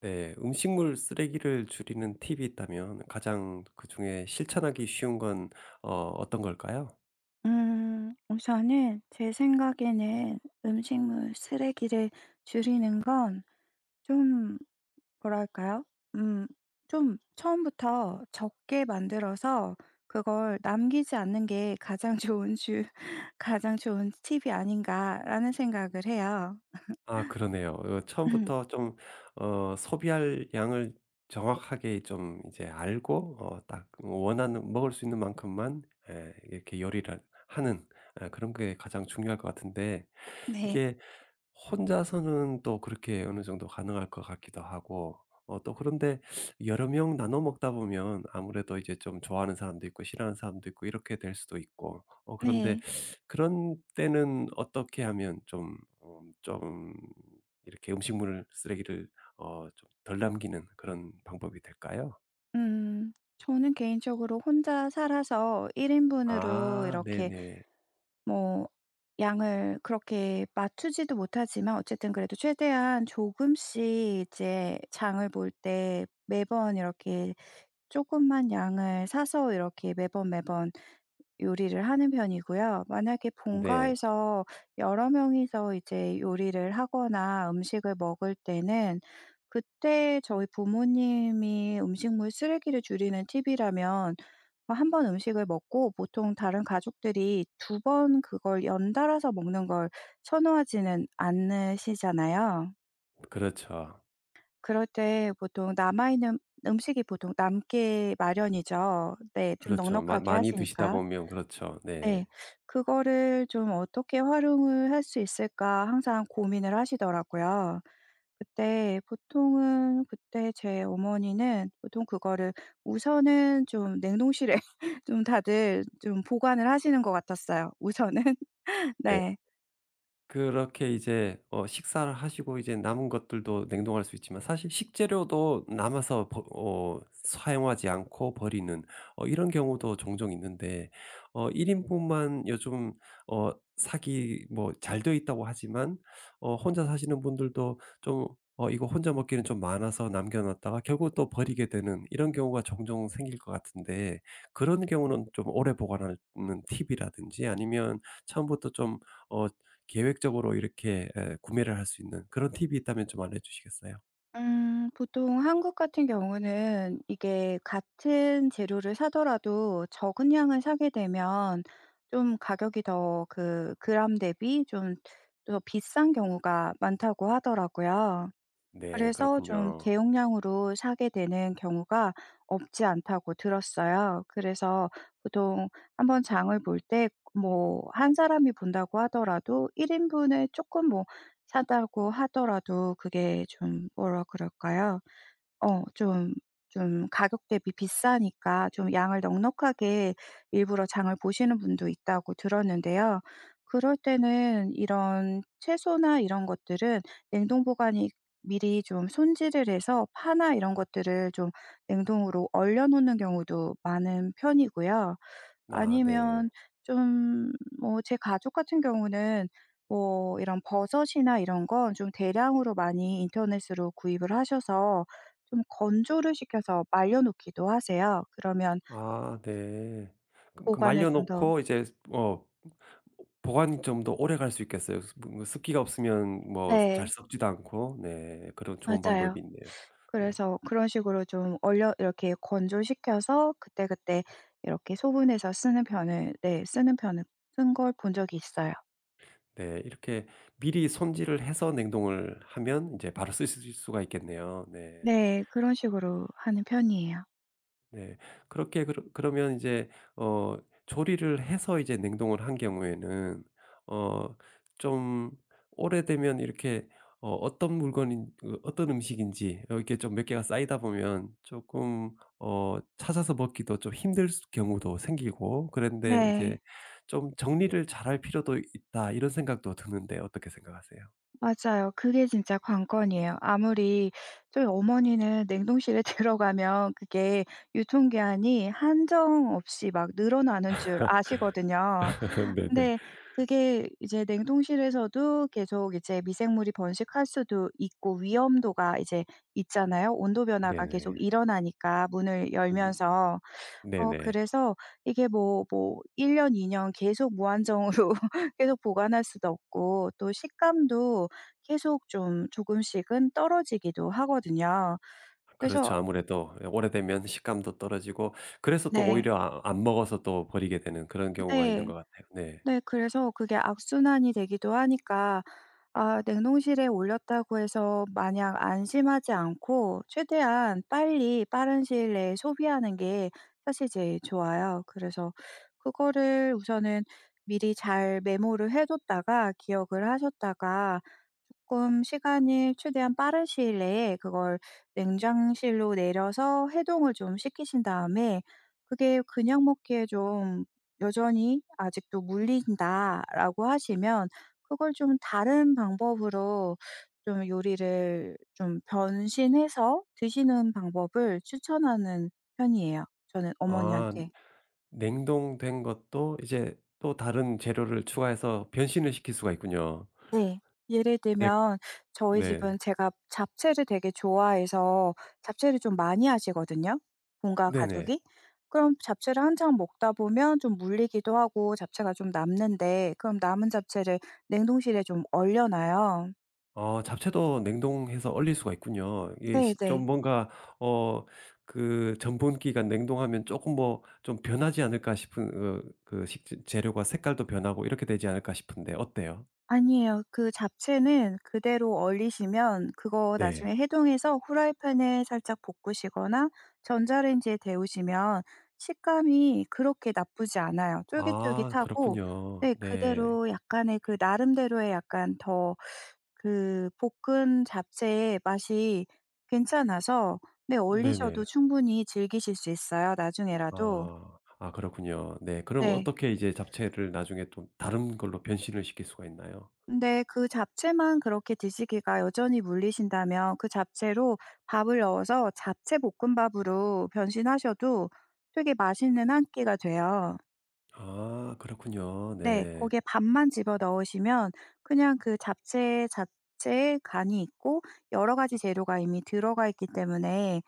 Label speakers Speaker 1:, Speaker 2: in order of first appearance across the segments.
Speaker 1: 네. 음식물 쓰레기를 줄이는 팁이 있다면 가장 그중에 실천하기 쉬운 건 어떤 걸까요?
Speaker 2: 우선은 제 생각에는 음식물 쓰레기를 줄이는 건 좀 뭐랄까요? 음 좀 처음부터 적게 만들어서 그걸 남기지 않는 게 가장 좋은 주 가장 좋은 팁이 아닌가라는 생각을 해요.
Speaker 1: 아, 그러네요. 처음부터 좀 소비할 양을 정확하게 좀 이제 알고 딱 원하는 먹을 수 있는 만큼만 에 이렇게 요리를 하는 그런 게 가장 중요할 것 같은데
Speaker 2: 네.
Speaker 1: 이게 혼자서는 또 그렇게 어느 정도 가능할 것 같기도 하고 또 그런데 여러 명 나눠 먹다 보면 아무래도 이제 좀 좋아하는 사람도 있고 싫어하는 사람도 있고 이렇게 될 수도 있고 그런데
Speaker 2: 네.
Speaker 1: 그런 때는 어떻게 하면 좀 좀 이렇게 음식물을 쓰레기를 좀 덜 남기는 그런 방법이 될까요?
Speaker 2: 음 저는 개인적으로 혼자 살아서 1 인분으로
Speaker 1: 아,
Speaker 2: 이렇게
Speaker 1: 네네.
Speaker 2: 뭐 양을 그렇게 맞추지도 못하지만, 어쨌든 그래도 최대한 조금씩 이제 장을 볼 때 매번 이렇게 조금만 양을 사서 이렇게 매번 매번 요리를 하는 편이고요. 만약에
Speaker 1: 네.
Speaker 2: 본가에서 여러 명이서 이제 요리를 하거나 음식을 먹을 때는, 그때 저희 부모님이 음식물 쓰레기를 줄이는 팁이라면, 한번 음식을 먹고 보통 다른 가족들이 두 번 그걸 연달아서 먹는 걸 선호하지는 않으시잖아요.
Speaker 1: 그렇죠.
Speaker 2: 그럴 때 보통 남아있는 음식이 보통 남게 마련이죠. 네. 좀
Speaker 1: 그렇죠.
Speaker 2: 넉넉하게
Speaker 1: 많이 드시다
Speaker 2: 하시니까.
Speaker 1: 보면 그렇죠.
Speaker 2: 네.
Speaker 1: 네.
Speaker 2: 그거를 좀 어떻게 활용을 할 수 있을까 항상 고민을 하시더라고요. 그때 보통은, 그때 제 어머니는 보통 그거를 우선은 좀 냉동실에 좀 다들 좀 보관을 하시는 것 같았어요, 우선은.
Speaker 1: 네.
Speaker 2: 네.
Speaker 1: 그렇게 이제 식사를 하시고 이제 남은 것들도 냉동할 수 있지만 사실 식재료도 남아서 버 어 사용하지 않고 버리는 이런 경우도 종종 있는데 1 인분만 요즘 사기 뭐 잘 되어 있다고 하지만 혼자 사시는 분들도 좀 이거 혼자 먹기는 좀 많아서 남겨 놨다가 결국 또 버리게 되는 이런 경우가 종종 생길 것 같은데 그런 경우는 좀 오래 보관하는 팁이라든지 아니면 처음부터 좀어 계획적으로 이렇게 구매를 할 수 있는 그런 팁이 있다면 좀 알려 주시겠어요?
Speaker 2: 보통 한국 같은 경우는 이게 같은 재료를 사더라도 적은 양을 사게 되면 좀 가격이 더, 그 그램 대비 좀 더 비싼 경우가 많다고 하더라고요.
Speaker 1: 네.
Speaker 2: 그래서 좀
Speaker 1: 그렇군요.
Speaker 2: 대용량으로 사게 되는 경우가 없지 않다고 들었어요. 그래서 보통 한번 장을 볼 때, 뭐 한 사람이 본다고 하더라도 1 인분을 조금 뭐 산다고 하더라도, 그게 좀 뭐라 그럴까요? 어 좀 좀 가격 대비 비싸니까 좀 양을 넉넉하게 일부러 장을 보시는 분도 있다고 들었는데요. 그럴 때는 이런 채소나 이런 것들은 냉동 보관이, 미리 좀 손질을 해서 파나 이런 것들을 좀 냉동으로 얼려 놓는 경우도 많은 편이고요.
Speaker 1: 아, 네.
Speaker 2: 아니면 좀, 뭐 제 가족 같은 경우는 뭐 이런 버섯이나 이런 건 좀 대량으로 많이 인터넷으로 구입을 하셔서 좀 건조를 시켜서 말려 놓기도 하세요. 그러면
Speaker 1: 아, 네. 그
Speaker 2: 보관을
Speaker 1: 말려
Speaker 2: 좀 더.
Speaker 1: 놓고 이제 어 보관이 좀 더 오래 갈 수 있겠어요. 습뭐 뭐 습기가 없으면 뭐 잘
Speaker 2: 네.
Speaker 1: 썩지도 않고. 네. 그런 좋은 방법이
Speaker 2: 맞아요.
Speaker 1: 있네요. 네.
Speaker 2: 그래서 그런 식으로 좀 얼려, 이렇게 건조시켜서 그때그때 이렇게 소분해서 쓰는 편을, 네, 쓰는 편을 쓴 걸 본 적이 있어요.
Speaker 1: 네. 이렇게 미리 손질을 해서 냉동을 하면 이제 바로 쓰실 수가 있겠네요. 네.
Speaker 2: 네. 그런 식으로 하는 편이에요.
Speaker 1: 네. 그렇게 그러면 이제 어 조리를 해서 이제 냉동을 한 경우에는 어 좀 오래되면 이렇게 어 어떤 물건인 그 어떤 음식인지 이렇게 좀 몇 개가 쌓이다 보면 조금 찾아서 먹기도 좀 힘들 수 경우도 생기고 그런데 이제
Speaker 2: 네.
Speaker 1: 좀 '정리를 잘할 필요도 있다.' 이런 생각도 드는데 어떻게 생각하세요?
Speaker 2: 맞아요. 그게 진짜 관건이에요. 아무리, 저희 어머니는 냉동실에 들어가면 그게 유통기한이 한정 없이 막 늘어나는 줄 아시거든요.
Speaker 1: 네네.
Speaker 2: 근데 그게 이제 냉동실에서도 계속 이제 미생물이 번식할 수도 있고, 위험도가 이제 있잖아요. 온도 변화가 계속
Speaker 1: 네네.
Speaker 2: 일어나니까, 문을
Speaker 1: 음,
Speaker 2: 열면서.
Speaker 1: 네네.
Speaker 2: 그래서 이게 뭐 1년 2년 계속 무한정으로 계속 보관할 수도 없고, 또 식감도 계속 좀 조금씩은 떨어지기도 하거든요. 그래서.
Speaker 1: 그렇죠. 아무래도 예, 오래되면 식감도 떨어지고 그래서 또
Speaker 2: 네.
Speaker 1: 오히려 아, 안 먹어서 또 버리게 되는 그런 경우가 있는
Speaker 2: 네.
Speaker 1: 것 같아요. 네.
Speaker 2: 네 그래서 그게 악순환이 되기도 하니까, 아 냉동실에 올렸다고 해서 마냥 안심하지 않고 최대한 빨리 빠른 시일 내에 소비하는 게 사실 제일 좋아요. 그래서 그거를 우선은 미리 잘 메모를 해 뒀다가, 기억을 하셨다가 조금 시간을 최대한 빠른 시일 내에 그걸 냉장실로 내려서 해동을 좀 시키신 다음에, 그게 그냥 먹기에 좀 여전히 "아직도 물린다."라고 하시면, 그걸 좀 다른 방법으로 좀 요리를 좀 변신해서 드시는 방법을 추천하는 편이에요, 저는
Speaker 1: 아,
Speaker 2: 어머니한테.
Speaker 1: 냉동된 것도 이제 또 다른 재료를 추가해서 변신을 시킬 수가 있군요.
Speaker 2: 네. 예를
Speaker 1: 네.
Speaker 2: 들면, 저희
Speaker 1: 네.
Speaker 2: 집은 제가 잡채를 되게 좋아해서 잡채를 좀 많이 하시거든요, 본가
Speaker 1: 네네.
Speaker 2: 가족이. 그럼 잡채를 한창 먹다 보면 좀 물리기도 하고 잡채가 좀 남는데, 그럼 남은 잡채를 냉동실에 좀 얼려 놔요.
Speaker 1: 잡채도 냉동해서 얼릴 수가 있군요. 이게 시
Speaker 2: 네네.
Speaker 1: 좀 뭔가 어 그 전분 기가 냉동하면 조금 뭐 좀 변하지 않을까 싶은 그 식재 재료가 색깔도 변하고 이렇게 되지 않을까 싶은데 어때요?
Speaker 2: 아니에요. 그 잡채는 그대로 얼리시면 그거
Speaker 1: 네.
Speaker 2: 나중에 해동해서 후라이팬에 살짝 볶으시거나 전자레인지에 데우시면 식감이 그렇게 나쁘지 않아요.
Speaker 1: 아,
Speaker 2: 쫄깃쫄깃하고
Speaker 1: 그렇군요.
Speaker 2: 네
Speaker 1: 네.
Speaker 2: 그대로, 약간의 그 나름대로의 약간 더, 그 볶은 잡채의 맛이 괜찮아서 네
Speaker 1: 네네.
Speaker 2: 얼리셔도 충분히 즐기실 수 있어요, 나중에라도.
Speaker 1: 아. 아, 그렇군요. 네. 그럼
Speaker 2: 네.
Speaker 1: 어떻게 이제 잡채를 나중에 또 다른 걸로 변신을 시킬 수가 있나요?
Speaker 2: 근데 그 잡채만 그렇게 드시기가 여전히 물리신다면 그 잡채로 밥을 넣어서 잡채 볶음밥으로 변신하셔도 되게 맛있는 한 끼가 돼요.
Speaker 1: 아, 그렇군요.
Speaker 2: 네.
Speaker 1: 네.
Speaker 2: 거기에 밥만 집어 넣으시면 그냥 그 잡채 자체에 간이 있고 여러 가지 재료가 이미 들어가 있기 때문에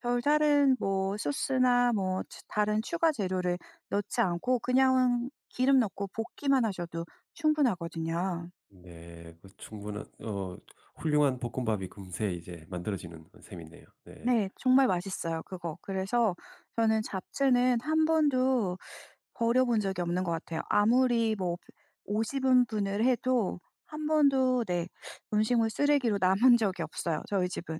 Speaker 2: 별다른 뭐 소스나 뭐 다른 추가 재료를 넣지 않고 그냥 기름 넣고 볶기만 하셔도 충분하거든요.
Speaker 1: 네. 그 충분한 어 훌륭한 볶음밥이 금세 이제 만들어지는 셈이네요. 네.
Speaker 2: 네. 정말 맛있어요 그거. 그래서 저는 잡채는 한 번도 버려본 적이 없는 것 같아요. 아무리 뭐 50 인분을 해도 한 번도, 네 음식물 쓰레기로 남은 적이 없어요 저희 집은.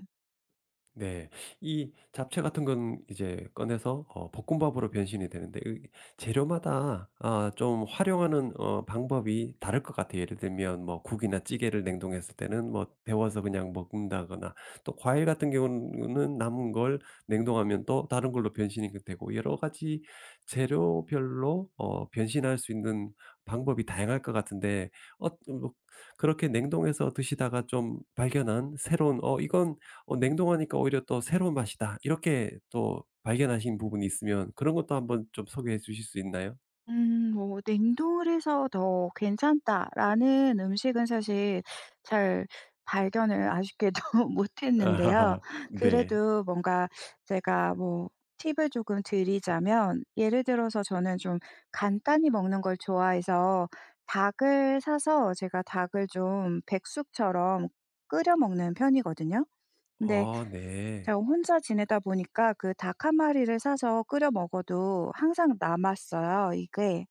Speaker 1: 네. 이 잡채 같은 건 이제 꺼내서 볶음밥으로 변신이 되는데 이 재료마다 아, 좀 활용하는 방법이 다를 것 같아요. 예를 들면 뭐 국이나 찌개를 냉동했을 때는 뭐 데워서 그냥 먹는다거나 또 과일 같은 경우는 남은 걸 냉동하면 또 다른 걸로 변신이 그 되고 여러 가지 재료별로 변신할 수 있는 방법이 다양할 것 같은데 뭐 그렇게 냉동해서 드시다가 좀 발견한 새로운 ' 이건 냉동하니까 오히려 또 새로운 맛이다. 이렇게 또 발견하신 부분이 있으면 그런 것도 한번 좀 소개해 주실 수 있나요?
Speaker 2: 뭐 "냉동을 해서 더 괜찮다."라는 음식은 사실 잘 발견을, 아쉽게도 못 했는데요.
Speaker 1: 아하하. 네.
Speaker 2: 그래도 뭔가, 제가 뭐 팁을 조금 드리자면, 예를 들어서 저는 좀 간단히 먹는 걸 좋아해서 닭을 사서, 제가 닭을 좀 백숙처럼 끓여 먹는 편이거든요. 근데
Speaker 1: 아, 네.
Speaker 2: 제가 혼자 지내다 보니까 그 닭 한 마리를 사서 끓여 먹어도 항상 남았어요 이게.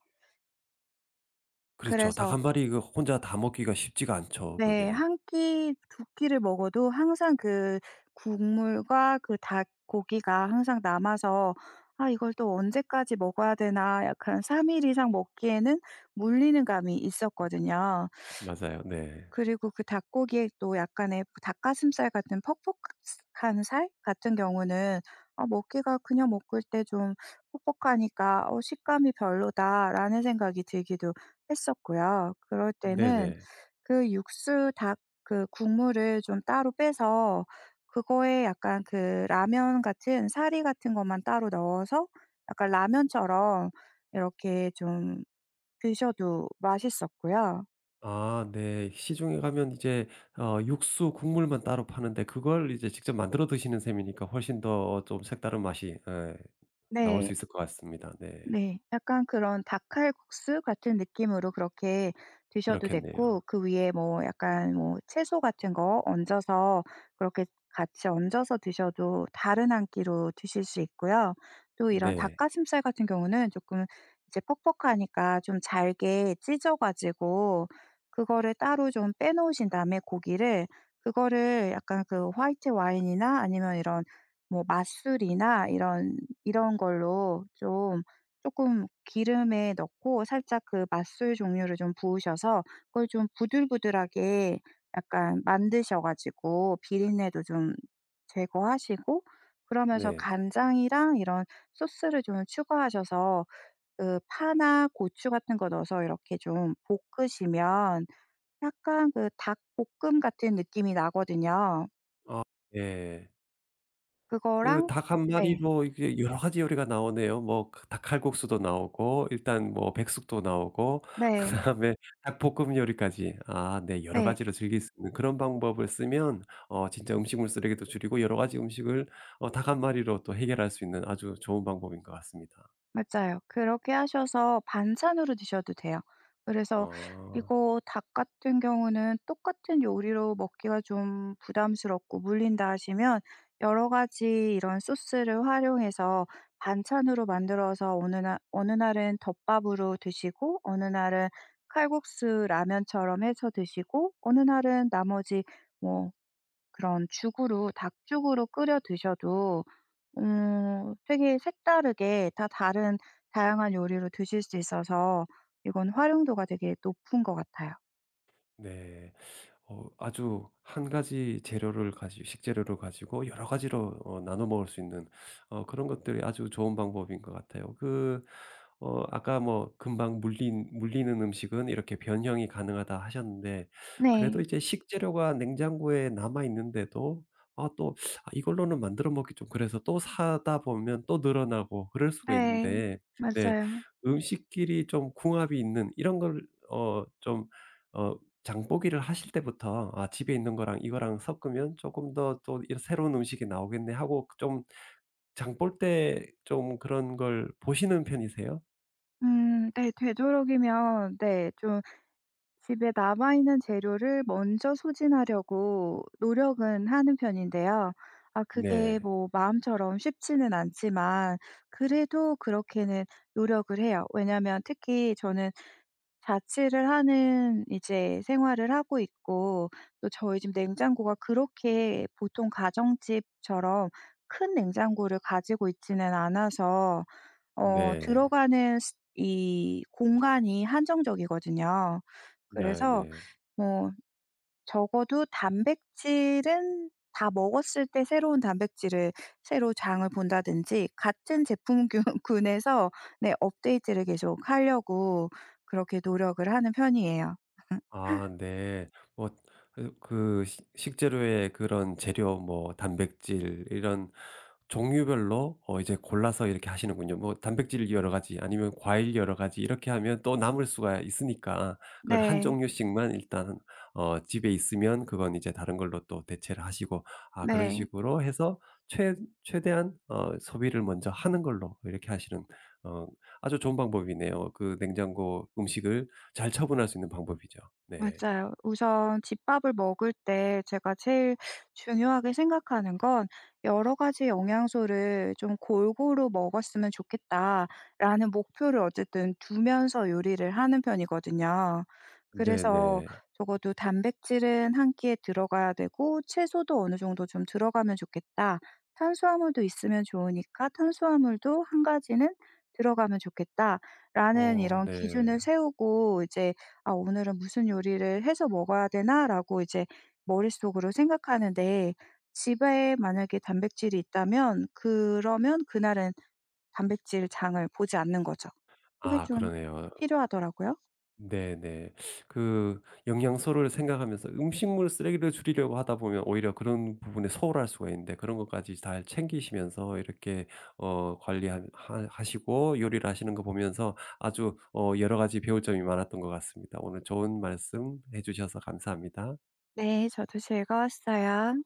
Speaker 1: 그렇죠. 닭
Speaker 2: 그래서
Speaker 1: 한 마리 그 혼자 다 먹기가 쉽지가 않죠,
Speaker 2: 네,
Speaker 1: 그게.
Speaker 2: 한 끼 두 끼를 먹어도 항상 그 국물과 그 닭고기가 항상 남아서 '아 이걸 또 언제까지 먹어야 되나.' 약간 3일 이상 먹기에는 물리는 감이 있었거든요.
Speaker 1: 맞아요. 네.
Speaker 2: 그리고 그 닭고기에 또 약간의 닭가슴살 같은 퍽퍽한 살 같은 경우는 아 먹기가, 그냥 먹을 때 좀 퍽퍽하니까 '어 식감이 별로다.'라는 생각이 들기도 했었고요. 그럴 때는
Speaker 1: 네네.
Speaker 2: 그 육수, 닭 그 국물을 좀 따로 빼서 그거에 약간 그 라면 같은 사리 같은 것만 따로 넣어서 약간 라면처럼 이렇게 좀 드셔도 맛있었고요.
Speaker 1: 아, 네. 시중에 가면 이제 육수 국물만 따로 파는데 그걸 이제 직접 만들어 드시는 셈이니까 훨씬 더 좀 색다른 맛이 예 나올 수
Speaker 2: 네.
Speaker 1: 있을 것 같습니다. 네.
Speaker 2: 네. 약간 그런 닭칼국수 같은 느낌으로 그렇게 드셔도
Speaker 1: 그렇겠네요.
Speaker 2: 됐고, 그 위에 뭐 약간 뭐 채소 같은 거 얹어서 그렇게 같이 얹어서 드셔도 다른 한 끼로 드실 수 있고요. 또 이런
Speaker 1: 네.
Speaker 2: 닭가슴살 같은 경우는 조금 이제 퍽퍽하니까 좀 잘게 찢어 가지고 그거를 따로 좀 빼 놓으신 다음에, 고기를, 그거를 약간 그 화이트 와인이나 아니면 이런 뭐 맛술이나 이런, 이런 걸로 좀 조금 기름에 넣고 살짝 그 맛술 종류를 좀 부으셔서 그걸 좀 부들부들하게 약간 만드셔 가지고 비린내도 좀 제거하시고, 그러면서
Speaker 1: 네.
Speaker 2: 간장이랑 이런 소스를 좀 추가하셔서 그 파나 고추 같은 거 넣어서 이렇게 좀 볶으시면 약간 그 닭볶음 같은 느낌이 나거든요.
Speaker 1: 아, 네. 그
Speaker 2: 그거랑.
Speaker 1: 닭 한
Speaker 2: 네.
Speaker 1: 마리로 이게 여러 가지 요리가 나오네요. 뭐 그 닭 칼국수도 나오고 일단 뭐 백숙도 나오고
Speaker 2: 네.
Speaker 1: 그다음에 닭볶음 요리까지. 아, 네. 여러
Speaker 2: 네.
Speaker 1: 가지로 즐길 수 있는 그런 방법을 쓰면 진짜 음식물 쓰레기도 줄이고 여러 가지 음식을 닭 한 마리로 또 해결할 수 있는 아주 좋은 방법인 것 같습니다.
Speaker 2: 맞아요. 그렇게 하셔서 반찬으로 드셔도 돼요. 그래서
Speaker 1: 어.
Speaker 2: 이거 닭 같은 경우는 똑같은 요리로 먹기가 좀 부담스럽고 물린다 하시면 여러 가지 이런 소스를 활용해서 반찬으로 만들어서 어느 날, 어느 날은 덮밥으로 드시고 어느 날은 칼국수 라면처럼 해서 드시고 어느 날은 나머지 뭐 그런 죽으로, 닭죽으로 끓여 드셔도 되게 색다르게, 다 다른 다양한 요리로 드실 수 있어서 이건 활용도가 되게 높은 것 같아요.
Speaker 1: 네. 아주 한 가지 재료를 가지 고 식재료를 가지고 여러 가지로 나눠 먹을 수 있는 그런 것들이 아주 좋은 방법인 것 같아요. 그 아까 뭐 금방 물린 물리는 음식은 이렇게 변형이 가능하다 하셨는데 그래도
Speaker 2: 네.
Speaker 1: 이제 식재료가 냉장고에 남아 있는데도 아, 또 '아, 이걸로는 만들어 먹기 좀 그래서.' 또 사다 보면 또 늘어나고 그럴 수가
Speaker 2: 네.
Speaker 1: 있는데 네,
Speaker 2: 맞아요.
Speaker 1: 음식끼리 좀 궁합이 있는 이런 걸어좀어 장보기를 하실 때부터 '아, 집에 있는 거랑 이거랑 섞으면 조금 더 또 새로운 음식이 나오겠네.' 하고 좀 장볼 때 좀 그런 걸 보시는 편이세요?
Speaker 2: 네. 되도록이면 네 좀 집에 남아 있는 재료를 먼저 소진하려고 노력은 하는 편인데요. 아 그게
Speaker 1: 네.
Speaker 2: 뭐 마음처럼 쉽지는 않지만 그래도 그렇게는 노력을 해요. 왜냐면 특히 저는 자취를 하는 이제 생활을 하고 있고 또 저희 집 냉장고가 그렇게 보통 가정집처럼 큰 냉장고를 가지고 있지는 않아서
Speaker 1: 네.
Speaker 2: 들어가는 스 이 공간이 한정적이거든요. 그래서
Speaker 1: 네네.
Speaker 2: 뭐 적어도 단백질은 다 먹었을 때 새로운 단백질을 새로 장을 본다든지 같은 제품군 군에서 네 업데이트를 계속 하려고 그렇게 노력을 하는 편이에요.
Speaker 1: 아, 네. 뭐 그 식 식재료의 그런 재료 뭐 단백질 이런 종류별로 이제 골라서 이렇게 하시는군요. 뭐 단백질 여러 가지 아니면 과일 여러 가지 이렇게 하면 또 남을 수가 있으니까 그걸 한
Speaker 2: 네.
Speaker 1: 종류씩만 일단 집에 있으면 그건 이제 다른 걸로 또 대체를 하시고 아, 그런
Speaker 2: 네.
Speaker 1: 식으로 해서 최 최대한 소비를 먼저 하는 걸로 이렇게 하시는 어 아주 좋은 방법이네요. 그 냉장고 음식을 잘 처분할 수 있는 방법이죠. 네.
Speaker 2: 맞아요. 우선 집밥을 먹을 때 제가 제일 중요하게 생각하는 건 '여러 가지 영양소를 좀 골고루 먹었으면 좋겠다.'라는 목표를 어쨌든 두면서 요리를 하는 편이거든요. 그래서
Speaker 1: 네네.
Speaker 2: 적어도 '단백질은 한 끼에 들어가야 되고 채소도 어느 정도 좀 들어가면 좋겠다. 탄수화물도 있으면 좋으니까 탄수화물도 한 가지는 들어가면 좋겠다.'라는
Speaker 1: 어,
Speaker 2: 이런
Speaker 1: 네.
Speaker 2: 기준을 세우고 이제 '아 오늘은 무슨 요리를 해서 먹어야 되나?'라고 이제 머릿속으로 생각하는데, 집에 만약에 단백질이 있다면 그러면 그날은 단백질 장을 보지 않는 거죠. 그게
Speaker 1: 아,
Speaker 2: 좀
Speaker 1: 그러네요.
Speaker 2: 필요하더라고요.
Speaker 1: 네네. 그 영양소를 생각하면서 음식물 쓰레기를 줄이려고 하다 보면 오히려 그런 부분에 소홀할 수가 있는데 그런 것까지 잘 챙기시면서 이렇게 관리하 하 하시고 요리를 하시는 거 보면서 아주 여러 가지 배울 점이 많았던 것 같습니다. 오늘 좋은 말씀 해 주셔서 감사합니다.
Speaker 2: 네. 저도 즐거웠어요.